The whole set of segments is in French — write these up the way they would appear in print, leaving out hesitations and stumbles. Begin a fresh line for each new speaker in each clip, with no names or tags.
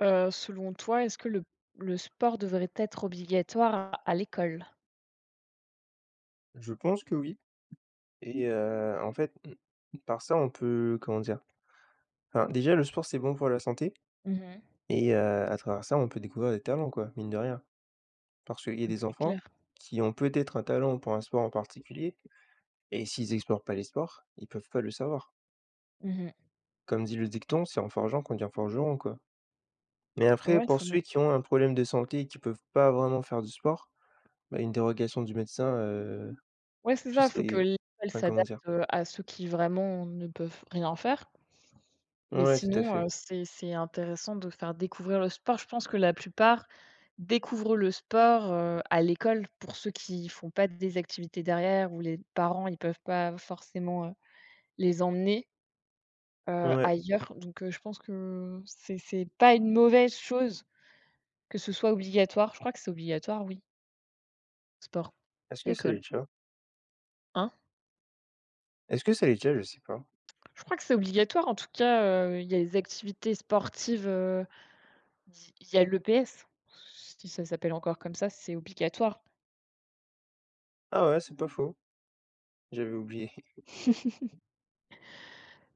Selon toi, est-ce que le sport devrait être obligatoire à l'école?
Je pense que oui et en fait, mmh, par ça, on peut comment dire? Enfin, déjà, le sport, c'est bon pour la santé
Mmh.
et à travers ça, on peut découvrir des talents, quoi, mine de rien. Parce qu'il y a des
C'est
enfants
clair.
qui ont peut-être un talent pour un sport en particulier et s'ils explorent pas les sports, ils peuvent pas le savoir.
Mmh.
Comme dit le dicton: «C'est en forgeant qu'on devient forgeron», quoi. Mais après,
Ouais,
pour
c'est vrai.
ceux qui ont un problème de santé et qui peuvent pas vraiment faire du sport, bah, une dérogation du médecin,
Ouais, c'est
ce
ça. Il faut que
serait
l'école
enfin, comment
s'adapte,
dire?
à ceux qui vraiment ne peuvent rien faire. Mais
Ouais, tout à
sinon,
fait.
c'est intéressant de faire découvrir le sport. Je pense que la plupart découvrent le sport, à l'école pour ceux qui font pas des activités derrière ou les parents, ils peuvent pas forcément, les emmener,
Ouais.
ailleurs. Donc, je pense que c'est pas une mauvaise chose. Que ce soit obligatoire, je crois que c'est obligatoire, oui, sport
Est-ce
à
que
l'école,
salut, ciao.
hein?
Est-ce que ça l'est déjà? Je sais pas.
Je crois que c'est obligatoire, en tout cas, il y a les activités sportives, il y a le l'EPS, si ça s'appelle encore comme ça, c'est obligatoire.
Ah ouais, c'est pas faux, j'avais oublié.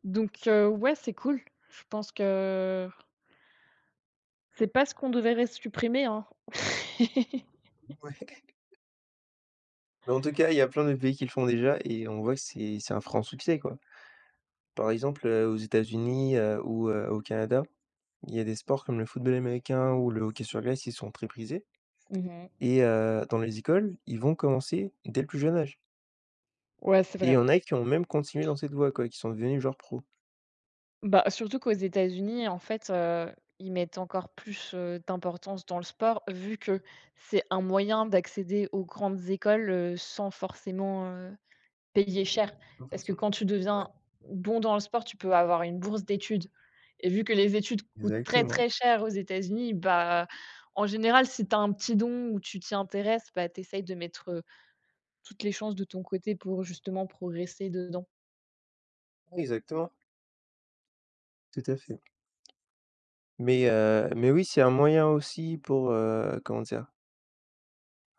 Donc ouais, c'est cool. Je pense que c'est pas ce qu'on devrait supprimer, hein.
Ouais. Mais en tout cas, il y a plein de pays qui le font déjà et on voit que c'est un franc succès, quoi. Par exemple, aux États-Unis, ou au Canada, il y a des sports comme le football américain ou le hockey sur glace, ils sont très prisés
Mmh.
et dans les écoles, ils vont commencer dès le plus jeune âge
Ouais, c'est
et il
vrai.
y en a qui ont même continué dans cette voie, quoi, qui sont devenus joueurs pro.
Bah, surtout qu'aux États-Unis, en fait, ils mettent encore plus, d'importance dans le sport, vu que c'est un moyen d'accéder aux grandes écoles, sans forcément, payer cher.
Pas
Parce que
forcément.
quand tu
Ouais.
deviens bon dans le sport, tu peux avoir une bourse d'études et vu que les études coûtent très,
Exactement.
très cher aux États-Unis, bah, en général, si tu as un petit don ou tu t'y intéresses, bah, tu essayes de mettre, toutes les chances de ton côté pour justement progresser dedans.
Ouais, exactement, tout à fait. Mais oui, c'est un moyen aussi pour, comment dire?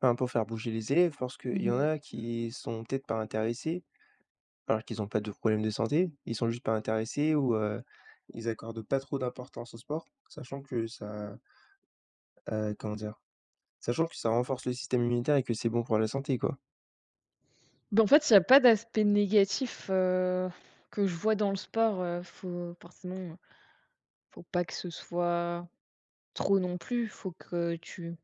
Enfin, pour faire bouger les élèves, parce qu'il y en
Mmh.
a qui sont peut-être pas intéressés, alors qu'ils ont pas de problème de santé, ils sont juste pas intéressés ou ils accordent pas trop d'importance au sport, sachant que ça, comment dire? Sachant que ça renforce le système immunitaire et que c'est bon pour la santé, quoi.
Ben en fait, il y a pas d'aspect négatif, que je vois dans le sport, faut forcément faut pas que ce soit trop non plus, faut que tu,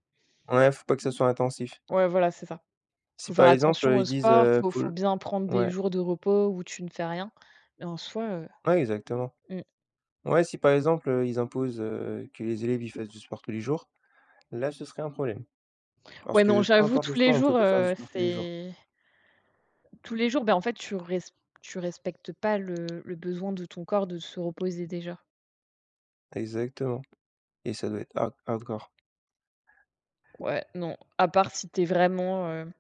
Ouais, faut pas que ça soit intensif.
ouais, voilà, c'est ça. Faut
Si
faire
par exemple,
attention au
ils disent,
sport, faut
faut
faut
l
bien prendre des
ouais.
jours de repos où tu ne fais rien, mais en soi,
Ouais, exactement.
mmh.
Ouais, si par exemple, ils imposent, que les élèves, ils fassent du sport tous les jours, là, ce serait un problème. Parce
Ouais, non,
que peu
j'avoue
importe le
tous les
sport, on peut
jours,
pas faire du sport tous les jours.
c'est tous les jours. Ben en fait, tu respectes pas le besoin de ton corps de se reposer déjà.
Exactement et ça doit être hardcore.
Ouais, non, à part si t'es vraiment,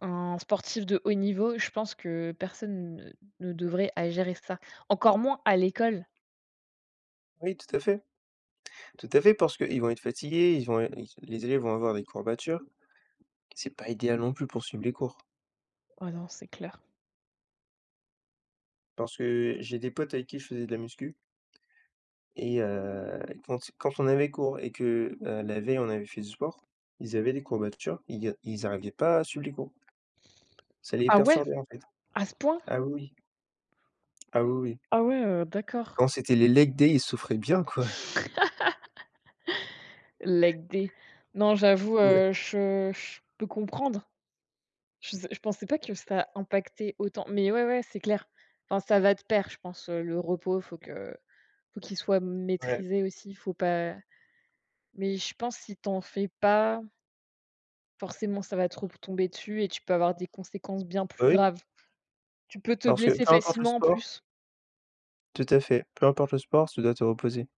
un sportif de haut niveau, je pense que personne ne devrait à gérer ça. Encore moins à l'école.
Oui, tout à fait, parce qu'ils vont être fatigués, ils vont ils les élèves vont avoir des courbatures. C'est pas idéal non plus pour suivre les cours.
Ah non, c'est clair.
Parce que j'ai des potes avec qui je faisais de la muscu et quand on avait cours et que, la veille, on avait fait du sport, ils avaient des courbatures, ils arrivaient pas à suivre les cours. Ça les
Ah ouais?
perturbait, en fait.
À ce point?
Ah oui, oui. Ah oui, oui.
Ah ouais, d'accord.
Quand c'était les leg day, ils souffraient bien, quoi.
Leg day. Non, j'avoue,
Ouais,
je peux comprendre. Je pensais pas que ça impactait autant. Mais ouais, ouais, c'est clair. Enfin, ça va de pair, je pense, le repos, faut qu'il soit
ouais.
maîtrisé aussi, faut pas, mais je pense si t'en fais pas, forcément, ça va trop tomber dessus et tu peux avoir des conséquences bien
Bah,
plus
oui,
graves. Tu peux te
parce que
blesser
peu importe le
facilement en
sport
plus.
tout à fait, peu importe le sport, tu dois te reposer.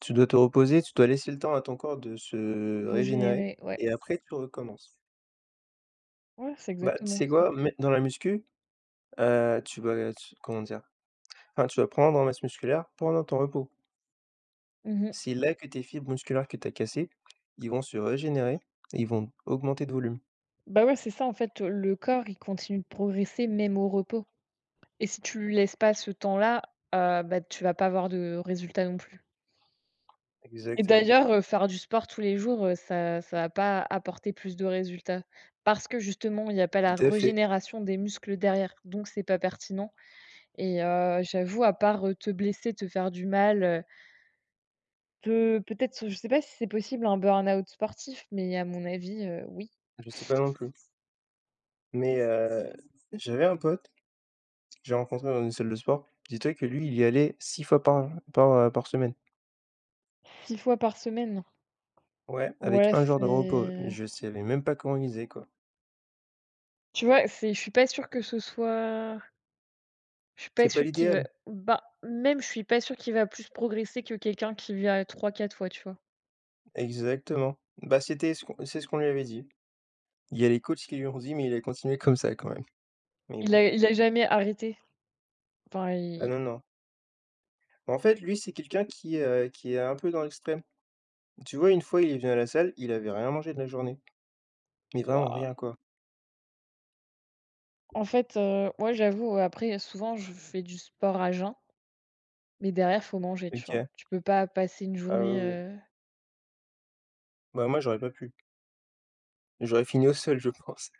Tu dois te reposer, tu dois laisser le temps à ton corps de se régénérer
Régénérer, ouais.
et après tu recommences.
Ouais, c'est
Bah, tu
exactement
sais
ça.
quoi? Mè dans la muscu, tu vas tu comment dire? Enfin, tu vas prendre en masse musculaire pendant ton repos.
Mmh.
C'est là que tes fibres musculaires que tu as cassées, ils vont se régénérer et ils vont augmenter de volume.
Bah, ouais, c'est ça en fait, le corps, il continue de progresser même au repos. Et si tu lui laisses pas ce temps-là, bah, tu vas pas avoir de résultats non plus. Et
Exactement,
d'ailleurs, faire du sport tous les jours, ça va pas apporter plus de résultats. Parce que justement, il y a pas la
tout à fait.
régénération des muscles derrière, donc c'est pas pertinent et, j'avoue, à part, te blesser, te faire du mal. Peut-être, je sais pas si c'est possible un burn-out sportif, mais à mon avis, oui.
Je sais pas non plus, mais j'avais un pote. J'ai rencontré dans une salle de sport. Dis-toi que lui, il y allait 6 fois par semaine.
6 fois par semaine.
Ouais. Avec
Ouais,
un jour de repos.
c'est,
Je savais même pas comment il faisait, quoi.
tu vois, c'est, je suis pas sûre que ce soit, je suis
C'est
pas
pas
sûre qu'il va,
l'idéal.
bah, même je suis pas sûre qu'il va plus progresser que quelqu'un qui vient trois, quatre fois, tu vois?
Exactement. Bah, c'est ce qu'on lui avait dit. Il y a les coachs qui lui ont dit, mais il a continué comme ça quand même. Mais
Il
bon.
a il a jamais arrêté. Enfin
Ah
il,
non, non. En fait, lui, c'est quelqu'un qui est un peu dans l'extrême. Tu vois, une fois, il est venu à la salle, il avait rien mangé de la journée. Mais vraiment
waouh!
rien, quoi.
En fait, moi j'avoue, après souvent je fais du sport à jeun, mais derrière faut manger, tu vois?
OK.
Tu peux pas passer une
Ah
journée,
oui, oui. Bah, moi, j'aurais pas pu. J'aurais fini au sol, je pense.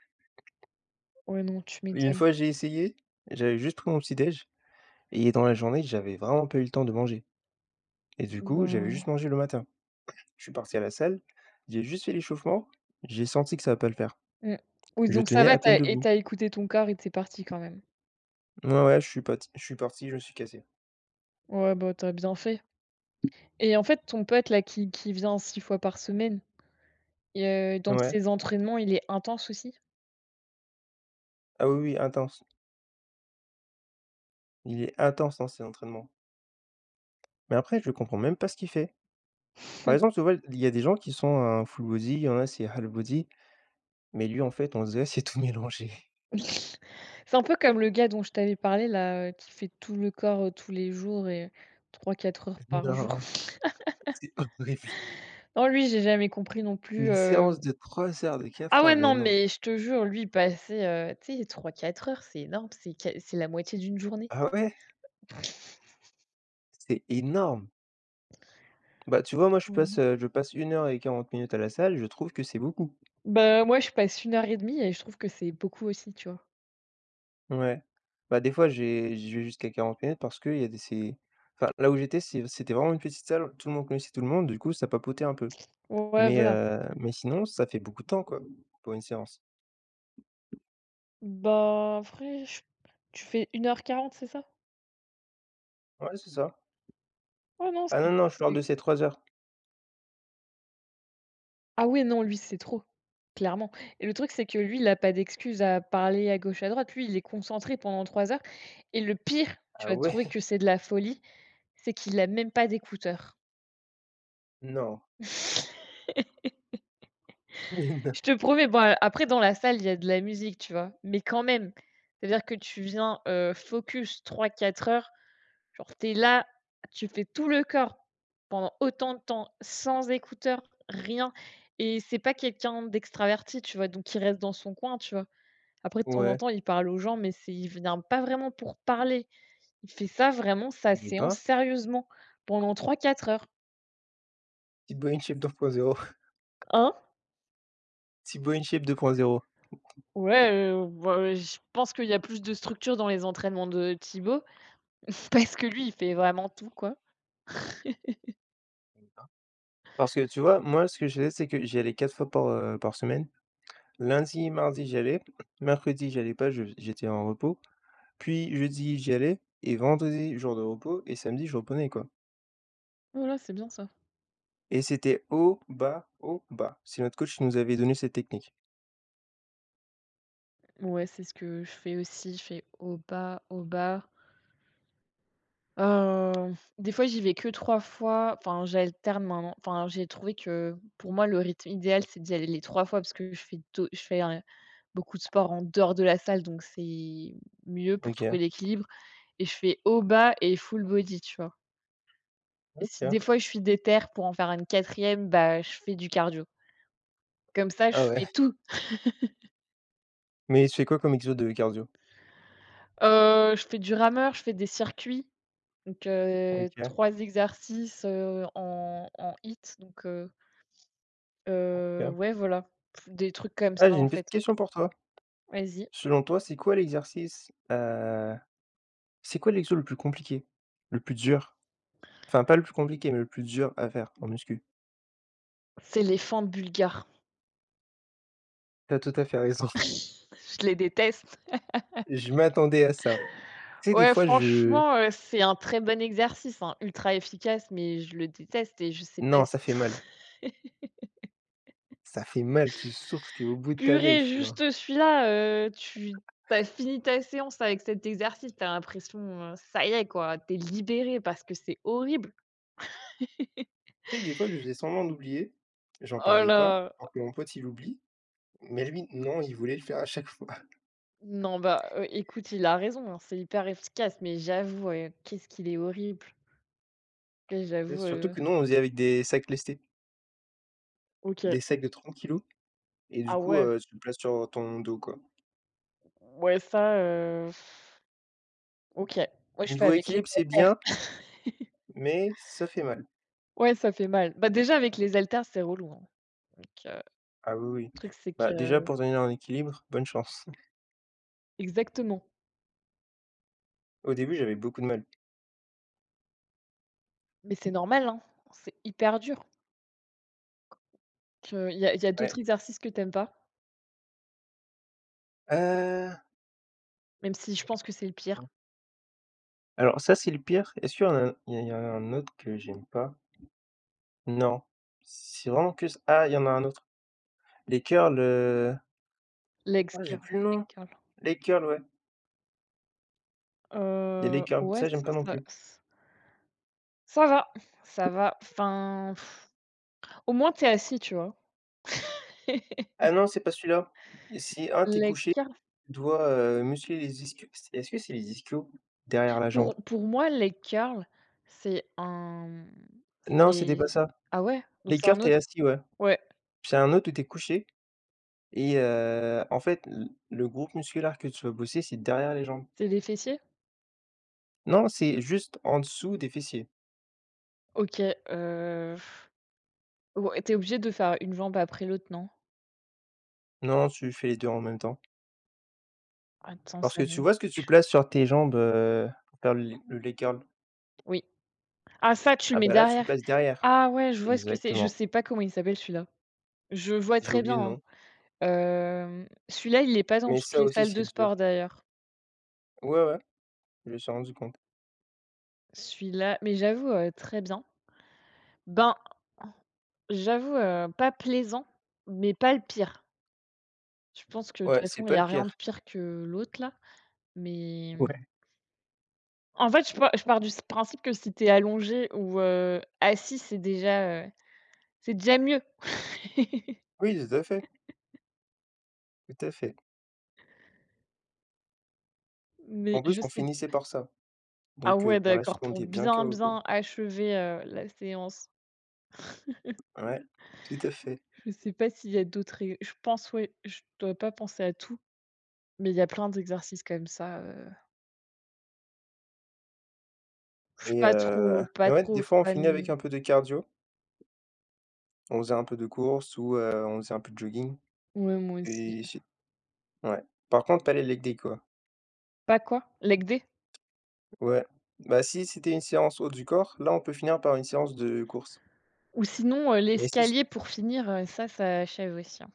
ouais non, tu
Une
m'étonnes.
fois, j'ai essayé, j'avais juste pris mon petit déj. Et dans la journée, j'avais vraiment pas eu le temps de manger et du coup, j'avais
Bah.
juste mangé le matin. Je suis parti à la salle, j'ai juste fait l'échauffement, j'ai senti que ça va pas le faire.
Mmh. Oui,
Je
donc ça
tenais
va,
à
tu
peine
as et tu
debout.
as écouté ton corps et tu es parti quand même.
Ouais, ouais, je suis parti, je me suis cassé.
Ouais, bah, tu as bien fait et en fait, ton pote là qui vient 6 fois par semaine et, dans
Ouais.
ses entraînements, il est intense aussi?
Ah oui, oui, intense. Il est intense dans ses entraînements. Mais après, je comprends même pas ce qu'il fait. Par exemple, tu vois, il y a des gens qui sont un full body, il y en a c'est half body, mais lui, en fait, on dirait c'est tout mélangé.
C'est un peu comme le gars dont je t'avais parlé là, qui fait tout le corps, tous les jours et trois quatre heures par jour.
Non, c'est horrible.
Non, lui, j'ai jamais compris non plus,
Une séance de 3 heures, de
ah
4
ouais,
heures,
non,
mais non.
mais je te jure, lui, passer, tu sais, 3-4 heures, c'est énorme, c'est la moitié d'une journée.
Ah ouais? C'est énorme! Bah, tu vois, moi, je passe,
Mmh.
heu, je passe 1 heure et 40 minutes à la salle, je trouve que c'est beaucoup.
Bah, moi, je passe une heure et demie et je trouve que c'est beaucoup aussi, tu vois?
Ouais. Bah, des fois, j'y vais jusqu'à 40 minutes parce que il y a des c'est enfin, là où j'étais, c'était vraiment une petite salle, tout le monde connaissait tout le monde, du coup, ça papotait un peu.
Ouais,
Mais
voilà.
heu, mais sinon, ça fait beaucoup de temps, quoi, pour une séance.
Bah, après je tu fais une heure quarante, c'est ça?
Ouais, c'est ça.
Ouais, non,
Ah
c'est
non, non, je parle
c'est
de ces 3 heures.
ah ouais, non, lui, c'est trop, clairement et le truc, c'est que lui, il a pas d'excuse à parler à gauche, à droite. Lui, il est concentré pendant 3 heures et le pire, tu
Ah
vas
ouais?
trouver que c'est de la folie, c'est qu'il a même pas d'écouteurs.
Non, mais non.
Je te promets, bon, a après dans la salle, il y a de la musique, tu vois? Mais quand même, c'est-à-dire que tu viens, focus 3-4 heures, genre, t'es là, tu fais tout le corps pendant autant de temps, sans écouteurs, rien et c'est pas quelqu'un d'extraverti, tu vois? Donc il reste dans son coin, tu vois? Après de temps en
Ouais.
temps, il parle aux gens, mais c'est il vient pas vraiment pour parler. Il fait ça vraiment, sa
Eh
séance,
ben,
sérieusement, pendant 3-4 heures.
T Boy in Shape 2.0, zéro
Hein?
Boy in Shape 2.0.
Ouais, bah, je pense qu'il y a plus de structure dans les entraînements de Thibaut, parce que lui, il fait vraiment tout, quoi.
Parce que tu vois, moi, ce que je faisais, c'est que j'y allais 4 fois par semaine. Lundi, mardi, j'y allais. Mercredi, j'y allais pas, je j'étais en repos. Puis jeudi, j'y allais et vendredi, jour de repos et samedi, je reprenais, quoi.
Voilà, c'est bien ça.
Et c'était haut, bas, haut, bas. C'est notre coach qui nous avait donné cette technique.
Ouais, c'est ce que je fais aussi, je fais au bas, au bas. Des fois, j'y vais que 3 fois. Enfin, j'alterne maintenant. Enfin, j'ai trouvé que, pour moi, le rythme idéal, c'est d'y aller les 3 fois parce que je fais do je fais un beaucoup de sport en dehors de la salle, donc c'est mieux pour
OK,
trouver l'équilibre et je fais haut, bas et full body, tu vois? Et si
OK.
des fois je suis déter pour en faire une quatrième, bah, je fais du cardio. Comme ça, je
Ah ouais.
fais tout.
Mais tu fais quoi comme exo de cardio?
Je fais du rameur, je fais des circuits, donc,
OK,
3 exercices, en hit donc.
OK.
Ouais, voilà, des trucs comme
Ah,
ça,
j'ai
en
une
fait.
petite question pour toi.
Vas-y.
Selon toi, c'est quoi l'exercice, c'est quoi l'exo le plus compliqué? Le plus dur? Enfin, pas le plus compliqué, mais le plus dur à faire en muscu.
C'est les fentes bulgares.
T'as tout à fait raison.
Je les déteste.
Je m'attendais à ça. Tu sais, des
Ouais,
fois, je
franchement, c'est un très bon exercice, hein, ultra efficace, mais je le déteste et je sais pas
non,
si
ça fait mal. Ça fait mal, tu souffres, tu es au bout de ta
purée,
life, non.
juste celui-là, heu, tu tu as fini ta séance avec cet exercice, tu as l'impression, ça y est, quoi, tu es libéré parce que c'est horrible.
Tu sais, des fois, je faisais semblant d'oublier, j'en
Oh
parlais pas
là!
pour que mon pote, il oublie, mais lui, non, il voulait le faire à chaque fois.
Non, bah, écoute, il a raison, hein, c'est hyper efficace, mais j'avoue, ouais, qu'est-ce qu'il est horrible. Ouais,
Et
j'avoue,
surtout que non, on faisait avec des sacs lestés,
OK.
des sacs de 30 kilos. Et du
Ah
coup,
ouais,
tu le places sur ton dos, quoi.
ouais ça, OK. Moi je fais
Niveau
avec les
équilibre, c'est
haltères.
bien, mais ça fait mal.
Ouais, ça fait mal. Bah, déjà avec les haltères, c'est relou, hein. Donc, le
Ah oui, oui.
truc c'est
Bah,
que
déjà pour tenir un équilibre, bonne chance.
exactement.
Au début, j'avais beaucoup de mal.
Mais c'est normal, hein, c'est hyper dur. Que il y a d'autres
Ouais.
exercices que tu aimes pas,
Heu,
même si je pense que c'est le pire.
alors ça, c'est le pire. Est-ce qu'il y en a il y en a un autre que j'aime pas? Non, c'est vraiment que ç ah, il y en a un autre. Les curls,
Legs
ah, j'ai
curl,
plus le
leg
nom.
curl.
Les curls, ouais, il y a les curls,
Ouais,
ça, j'aime pas non plus.
ça va, ça va. Enfin, au moins tu es assis, tu vois?
Ah non, c'est pas celui-là. Si un, t'es
Leg
couché,
curl.
tu dois, muscler les ischios. Est-ce que c'est les ischios? Derrière la jambe.
Pour moi, les curls, c'est un,
Non, c'était
c'est,
pas ça.
ah ouais?
Les
Donc c'est
curls,
un
t'es
autre?
assis, ouais.
Ouais,
Puis il y a un autre où t'es couché. Et en fait, l le groupe musculaire que tu vas bosser, c'est derrière les jambes.
c'est les fessiers?
Non, c'est juste en dessous des fessiers.
OK, heu, ouais, tu obligé de faire une jambe après l'autre, non?
Non, tu fais les 2 en même temps.
Attends,
Parce que
ça me
tu
dit
vois ce que
quelque
tu
chose.
places sur tes jambes, pour faire le leg curl?
Oui. Ah ça, tu le
Ah
mets
bah là, tu le
derrière?
places derrière.
Ah ouais, je vois ce que c'est. Je
Exactement.
sais pas comment il s'appelle celui-là. Je vois
J'ai
très
oublié
bien,
le
hein.
nom.
Celui-là, il est pas dans
Mais
toutes
ça
les
aussi,
salles de
c'est dur.
sport d'ailleurs.
Ouais, ouais, je me suis rendu compte.
Celui-là mais j'avoue, très bien. Ben, j'avoue, pas plaisant, mais pas le pire. Je pense que de toute
Ouais, c'est
façon, il y
pas
a
le
rien
pire.
de pire que l'autre là, mais
Ouais.
en fait, je pars du s principe que si tu es allongé ou, assis, c'est déjà mieux.
Oui, tout à fait, tout à fait.
Mais
En plus,
je
on
sais,
finissait par ça.
ah
Donc
ouais,
par la suite,
d'accord,
on
pour
était bien
bien,
KO, quoi.
bien achever, la séance.
Ouais, tout à fait.
Je sais pas s'il y a d'autres ré je pense ouais, je dois pas penser à tout, mais il y a plein d'exercices comme ça, je suis
Et
pas trop
mais
pas
ouais,
trop
des fois, on finit avec
fan.
un peu de cardio. On faisait un peu de course ou on faisait un peu de jogging
Ouais, moi aussi.
et si ouais. Par contre, pas les leg day, quoi.
Pas quoi? Leg day?
Ouais. Bah, si c'était une séance haut du corps, là, on peut finir par une séance de course.
Ou sinon,
Mais si c
l'escalier pour finir, ça, ça achève aussi, hein.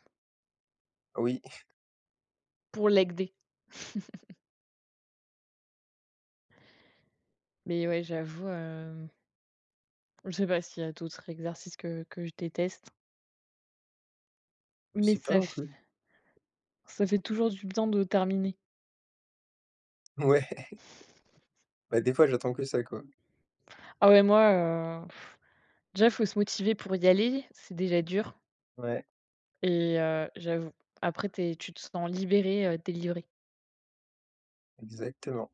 oui,
Pour leg day. Mais ouais, j'avoue, je sais pas s'il y a d'autres exercices que je déteste,
je
mais
sais pas non plus.
ça fait toujours du bien de terminer.
Ouais, bah, des fois, j'attends que ça, quoi.
Ah ouais, moi, déjà, faut se motiver pour y aller, c'est déjà dur
Ouais,
et, j'avoue, après t'es tu te sens libéré, délivré.
exactement.